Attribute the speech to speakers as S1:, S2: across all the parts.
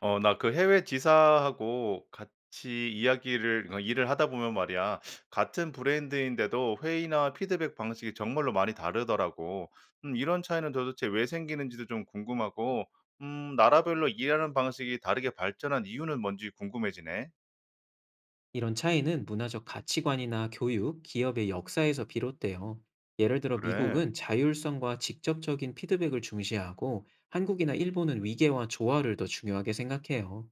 S1: 나 그 해외 지사하고 같이 이야기를 일을 하다 보면 말이야, 같은 브랜드인데도 회의나 피드백 방식이 정말로 많이 다르더라고. 이런 차이는 도대체 왜 생기는지도 좀 궁금하고, 나라별로 일하는 방식이 다르게 발전한 이유는 뭔지 궁금해지네.
S2: 이런 차이는 문화적 가치관이나 교육, 기업의 역사에서 비롯돼요. 예를 들어
S1: 그래.
S2: 미국은 자율성과 직접적인 피드백을 중시하고 한국이나 일본은 위계와 조화를 더 중요하게 생각해요.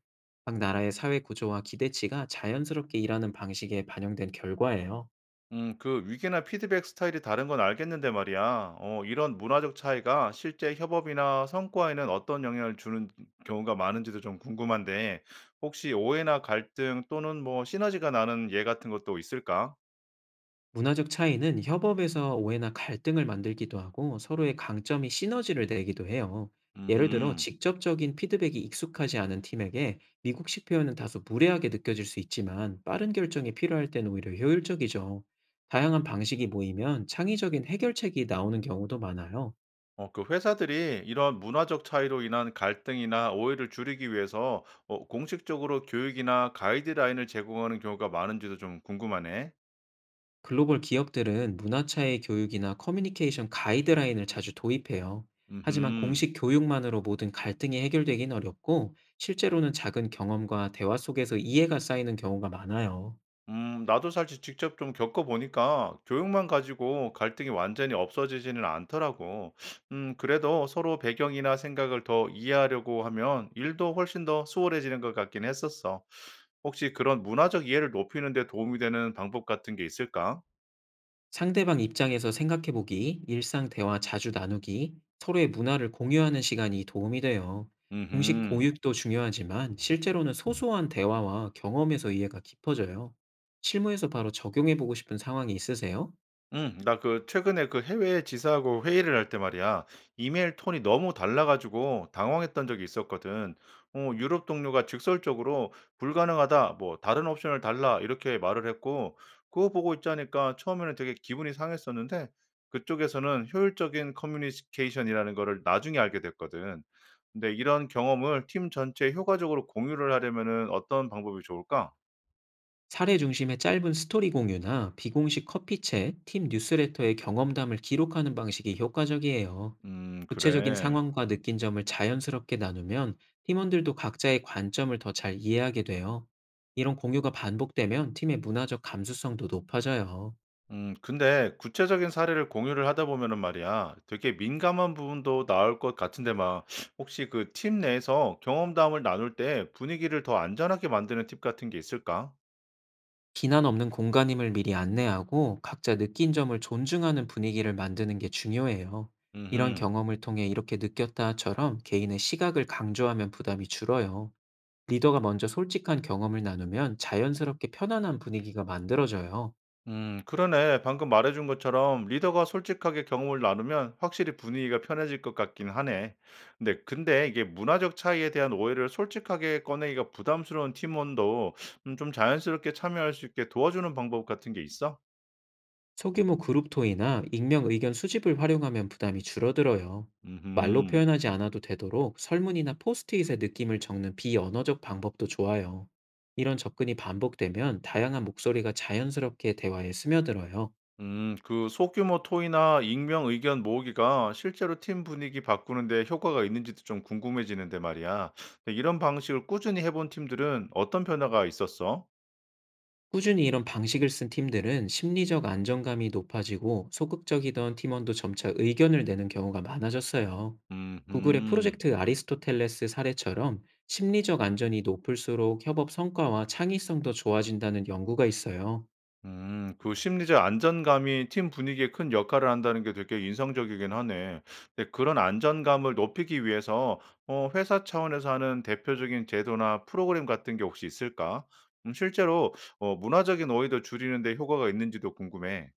S2: 각 나라의 사회 구조와 기대치가 자연스럽게 일하는 방식에 반영된 결과예요.
S1: 그 위계나 피드백 스타일이 다른 건 알겠는데 말이야. 이런 문화적 차이가 실제 협업이나 성과에는 어떤 영향을 주는 경우가 많은지도 좀 궁금한데, 혹시 오해나 갈등 또는 뭐 시너지가 나는 예 같은 것도 있을까?
S2: 문화적 차이는 협업에서 오해나 갈등을 만들기도 하고 서로의 강점이 시너지를 내기도 해요. 예를 들어
S1: 음,
S2: 직접적인 피드백이 익숙하지 않은 팀에게 미국식 표현은 다소 무례하게 느껴질 수 있지만 빠른 결정이 필요할 땐 오히려 효율적이죠. 다양한 방식이 모이면 창의적인 해결책이 나오는 경우도 많아요.
S1: 그 회사들이 이런 문화적 차이로 인한 갈등이나 오해를 줄이기 위해서 공식적으로 교육이나 가이드라인을 제공하는 경우가 많은지도 좀 궁금하네.
S2: 글로벌 기업들은 문화 차이 교육이나 커뮤니케이션 가이드라인을 자주 도입해요. 하지만
S1: 음.
S2: 공식 교육만으로 모든 갈등이 해결되긴 어렵고, 실제로는 작은 경험과 대화 속에서 이해가 쌓이는 경우가 많아요.
S1: 나도 사실 직접 좀 겪어 보니까 교육만 가지고 갈등이 완전히 없어지지는 않더라고. 그래도 서로 배경이나 생각을 더 이해하려고 하면 일도 훨씬 더 수월해지는 것 같긴 했었어. 혹시 그런 문화적 이해를 높이는 데 도움이 되는 방법 같은 게 있을까?
S2: 상대방 입장에서 생각해보기, 일상 대화 자주 나누기, 서로의 문화를 공유하는 시간이 도움이 돼요. 공식
S1: 음흠.
S2: 교육도 중요하지만 실제로는 소소한 대화와 경험에서 이해가 깊어져요. 실무에서 바로 적용해보고 싶은 상황이 있으세요?
S1: 응, 나 그 최근에 그 해외 지사하고 회의를 할 때 말이야, 이메일 톤이 너무 달라가지고 당황했던 적이 있었거든. 유럽 동료가 직설적으로 불가능하다, 뭐 다른 옵션을 달라 이렇게 말을 했고, 그거 보고 있자니까 처음에는 되게 기분이 상했었는데, 그쪽에서는 효율적인 커뮤니케이션이라는 거를 나중에 알게 됐거든. 근데 이런 경험을 팀 전체에 효과적으로 공유를 하려면은 어떤 방법이 좋을까?
S2: 사례 중심의 짧은 스토리 공유나 비공식 커피챗, 팀 뉴스레터의 경험담을 기록하는 방식이 효과적이에요. 구체적인
S1: 그래.
S2: 상황과 느낀 점을 자연스럽게 나누면 팀원들도 각자의 관점을 더 잘 이해하게 돼요. 이런 공유가 반복되면 팀의 문화적 감수성도 높아져요.
S1: 근데 구체적인 사례를 공유를 하다 보면은 말이야, 되게 민감한 부분도 나올 것 같은데 막, 혹시 그 팀 내에서 경험담을 나눌 때 분위기를 더 안전하게 만드는 팁 같은 게 있을까?
S2: 비난 없는 공간임을 미리 안내하고 각자 느낀 점을 존중하는 분위기를 만드는 게 중요해요. 이런
S1: 음,
S2: 경험을 통해 이렇게 느꼈다처럼 개인의 시각을 강조하면 부담이 줄어요. 리더가 먼저 솔직한 경험을 나누면 자연스럽게 편안한 분위기가 만들어져요.
S1: 그러네. 방금 말해준 것처럼 리더가 솔직하게 경험을 나누면 확실히 분위기가 편해질 것 같긴 하네. 근데 이게 문화적 차이에 대한 오해를 솔직하게 꺼내기가 부담스러운 팀원도 좀 자연스럽게 참여할 수 있게 도와주는 방법 같은 게 있어?
S2: 소규모 그룹 토의나 익명 의견 수집을 활용하면 부담이 줄어들어요. 말로
S1: 음.
S2: 표현하지 않아도 되도록 설문이나 포스트잇에 느낌을 적는 비언어적 방법도 좋아요. 이런 접근이 반복되면 다양한 목소리가 자연스럽게 대화에 스며들어요.
S1: 그 소규모 토의나 익명 의견 모으기가 실제로 팀 분위기 바꾸는데 효과가 있는지도 좀 궁금해지는데 말이야. 근데 이런 방식을 꾸준히 해본 팀들은 어떤 변화가 있었어?
S2: 꾸준히 이런 방식을 쓴 팀들은 심리적 안정감이 높아지고 소극적이던 팀원도 점차 의견을 내는 경우가 많아졌어요.
S1: 음,
S2: 구글의
S1: 음,
S2: 프로젝트 아리스토텔레스 사례처럼 심리적 안전이 높을수록 협업 성과와 창의성도 좋아진다는 연구가 있어요.
S1: 그 심리적 안전감이 팀 분위기에 큰 역할을 한다는 게 되게 인상적이긴 하네. 근데 그런 안전감을 높이기 위해서 회사 차원에서 하는 대표적인 제도나 프로그램 같은 게 혹시 있을까? 실제로 문화적인 오해도 줄이는데 효과가 있는지도 궁금해.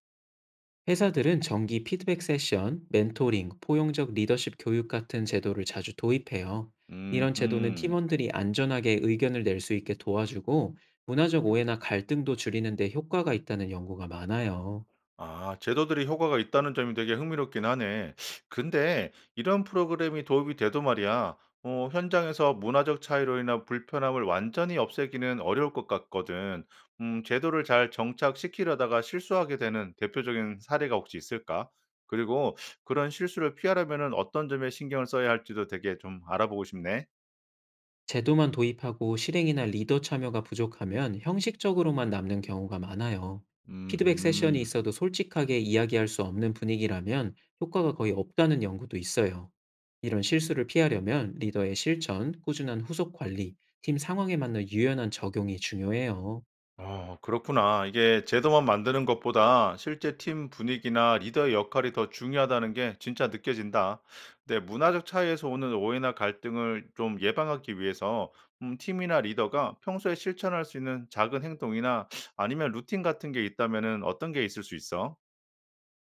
S2: 회사들은 정기 피드백 세션, 멘토링, 포용적 리더십 교육 같은 제도를 자주 도입해요. 이런 제도는
S1: 음흠.
S2: 팀원들이 안전하게 의견을 낼 수 있게 도와주고 문화적 오해나 갈등도 줄이는 데 효과가 있다는 연구가 많아요.
S1: 아, 제도들이 효과가 있다는 점이 되게 흥미롭긴 하네. 근데 이런 프로그램이 도움이 돼도 말이야. 현장에서 문화적 차이로 인한 불편함을 완전히 없애기는 어려울 것 같거든. 제도를 잘 정착시키려다가 실수하게 되는 대표적인 사례가 혹시 있을까? 그리고 그런 실수를 피하려면은 어떤 점에 신경을 써야 할지도 되게 좀 알아보고 싶네.
S2: 제도만 도입하고 실행이나 리더 참여가 부족하면 형식적으로만 남는 경우가 많아요. 피드백 세션이
S1: 음흠.
S2: 있어도 솔직하게 이야기할 수 없는 분위기라면 효과가 거의 없다는 연구도 있어요. 이런 실수를 피하려면 리더의 실천, 꾸준한 후속 관리, 팀 상황에 맞는 유연한 적용이 중요해요.
S1: 어, 그렇구나. 이게 제도만 만드는 것보다 실제 팀 분위기나 리더의 역할이 더 중요하다는 게 진짜 느껴진다. 근데 문화적 차이에서 오는 오해나 갈등을 좀 예방하기 위해서 팀이나 리더가 평소에 실천할 수 있는 작은 행동이나 아니면 루틴 같은 게 있다면은 어떤 게 있을 수 있어?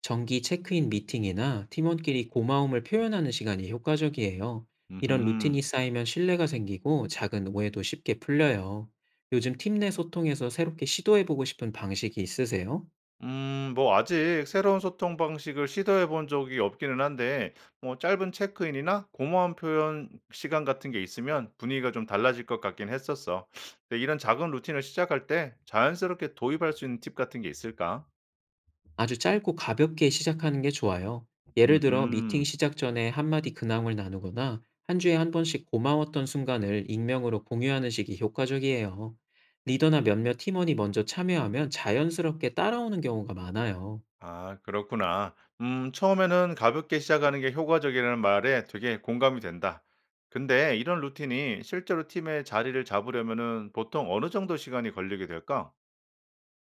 S2: 정기 체크인 미팅이나 팀원끼리 고마움을 표현하는 시간이 효과적이에요. 이런
S1: 음.
S2: 루틴이 쌓이면 신뢰가 생기고 작은 오해도 쉽게 풀려요. 요즘 팀 내 소통에서 새롭게 시도해보고 싶은 방식이 있으세요?
S1: 뭐 아직 새로운 소통 방식을 시도해 본 적이 없기는 한데, 뭐 짧은 체크인이나 고마운 표현 시간 같은 게 있으면 분위기가 좀 달라질 것 같긴 했었어. 근데 이런 작은 루틴을 시작할 때 자연스럽게 도입할 수 있는 팁 같은 게 있을까?
S2: 아주 짧고 가볍게 시작하는 게 좋아요. 예를 들어 미팅
S1: 음,
S2: 시작 전에 한마디 근황을 나누거나 한 주에 한 번씩 고마웠던 순간을 익명으로 공유하는 식이 효과적이에요. 리더나 몇몇 팀원이 먼저 참여하면 자연스럽게 따라오는 경우가 많아요.
S1: 아, 그렇구나. 처음에는 가볍게 시작하는 게 효과적이라는 말에 되게 공감이 된다. 근데 이런 루틴이 실제로 팀의 자리를 잡으려면은 보통 어느 정도 시간이 걸리게 될까?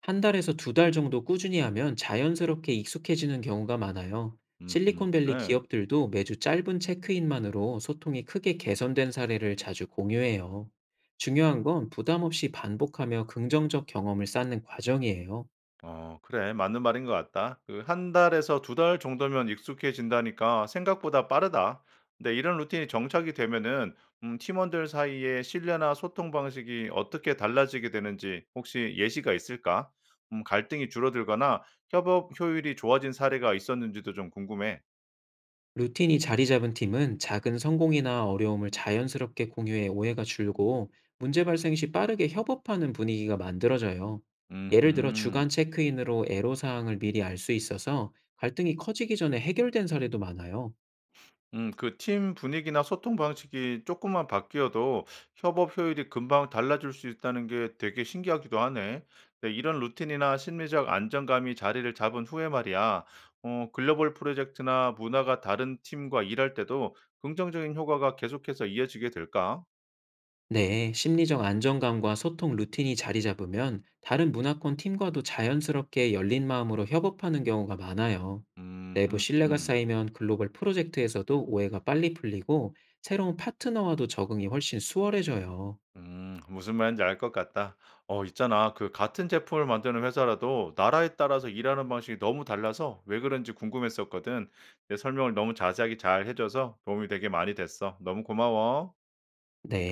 S2: 한 달에서 두 달 정도 꾸준히 하면 자연스럽게 익숙해지는 경우가 많아요. 실리콘밸리
S1: 그래.
S2: 기업들도 매주 짧은 체크인만으로 소통이 크게 개선된 사례를 자주 공유해요. 중요한 건 부담 없이 반복하며 긍정적 경험을 쌓는 과정이에요.
S1: 어, 그래. 맞는 말인 것 같다. 그 한 달에서 두 달 정도면 익숙해진다니까 생각보다 빠르다. 근데 이런 루틴이 정착이 되면은 팀원들 사이의 신뢰나 소통 방식이 어떻게 달라지게 되는지 혹시 예시가 있을까? 갈등이 줄어들거나 협업 효율이 좋아진 사례가 있었는지도 좀 궁금해.
S2: 루틴이 자리 잡은 팀은 작은 성공이나 어려움을 자연스럽게 공유해 오해가 줄고 문제 발생 시 빠르게 협업하는 분위기가 만들어져요. 예를 들어
S1: 음
S2: 주간 체크인으로 애로사항을 미리 알 수 있어서 갈등이 커지기 전에 해결된 사례도 많아요.
S1: 그 팀 분위기나 소통 방식이 조금만 바뀌어도 협업 효율이 금방 달라질 수 있다는 게 되게 신기하기도 하네. 네, 이런 루틴이나 심리적 안정감이 자리를 잡은 후에 말이야, 글로벌 프로젝트나 문화가 다른 팀과 일할 때도 긍정적인 효과가 계속해서 이어지게 될까?
S2: 네, 심리적 안정감과 소통 루틴이 자리 잡으면 다른 문화권 팀과도 자연스럽게 열린 마음으로 협업하는 경우가 많아요. 내부 신뢰가
S1: 음음.
S2: 쌓이면 글로벌 프로젝트에서도 오해가 빨리 풀리고 새로운 파트너와도 적응이 훨씬 수월해져요.
S1: 음. 무슨 말인지 알 것 같다. 있잖아, 그 같은 제품을 만드는 회사라도 나라에 따라서 일하는 방식이 너무 달라서 왜 그런지 궁금했었거든. 내 설명을 너무 자세하게 잘 해 줘서 도움이 되게 많이 됐어. 너무 고마워.
S2: 네.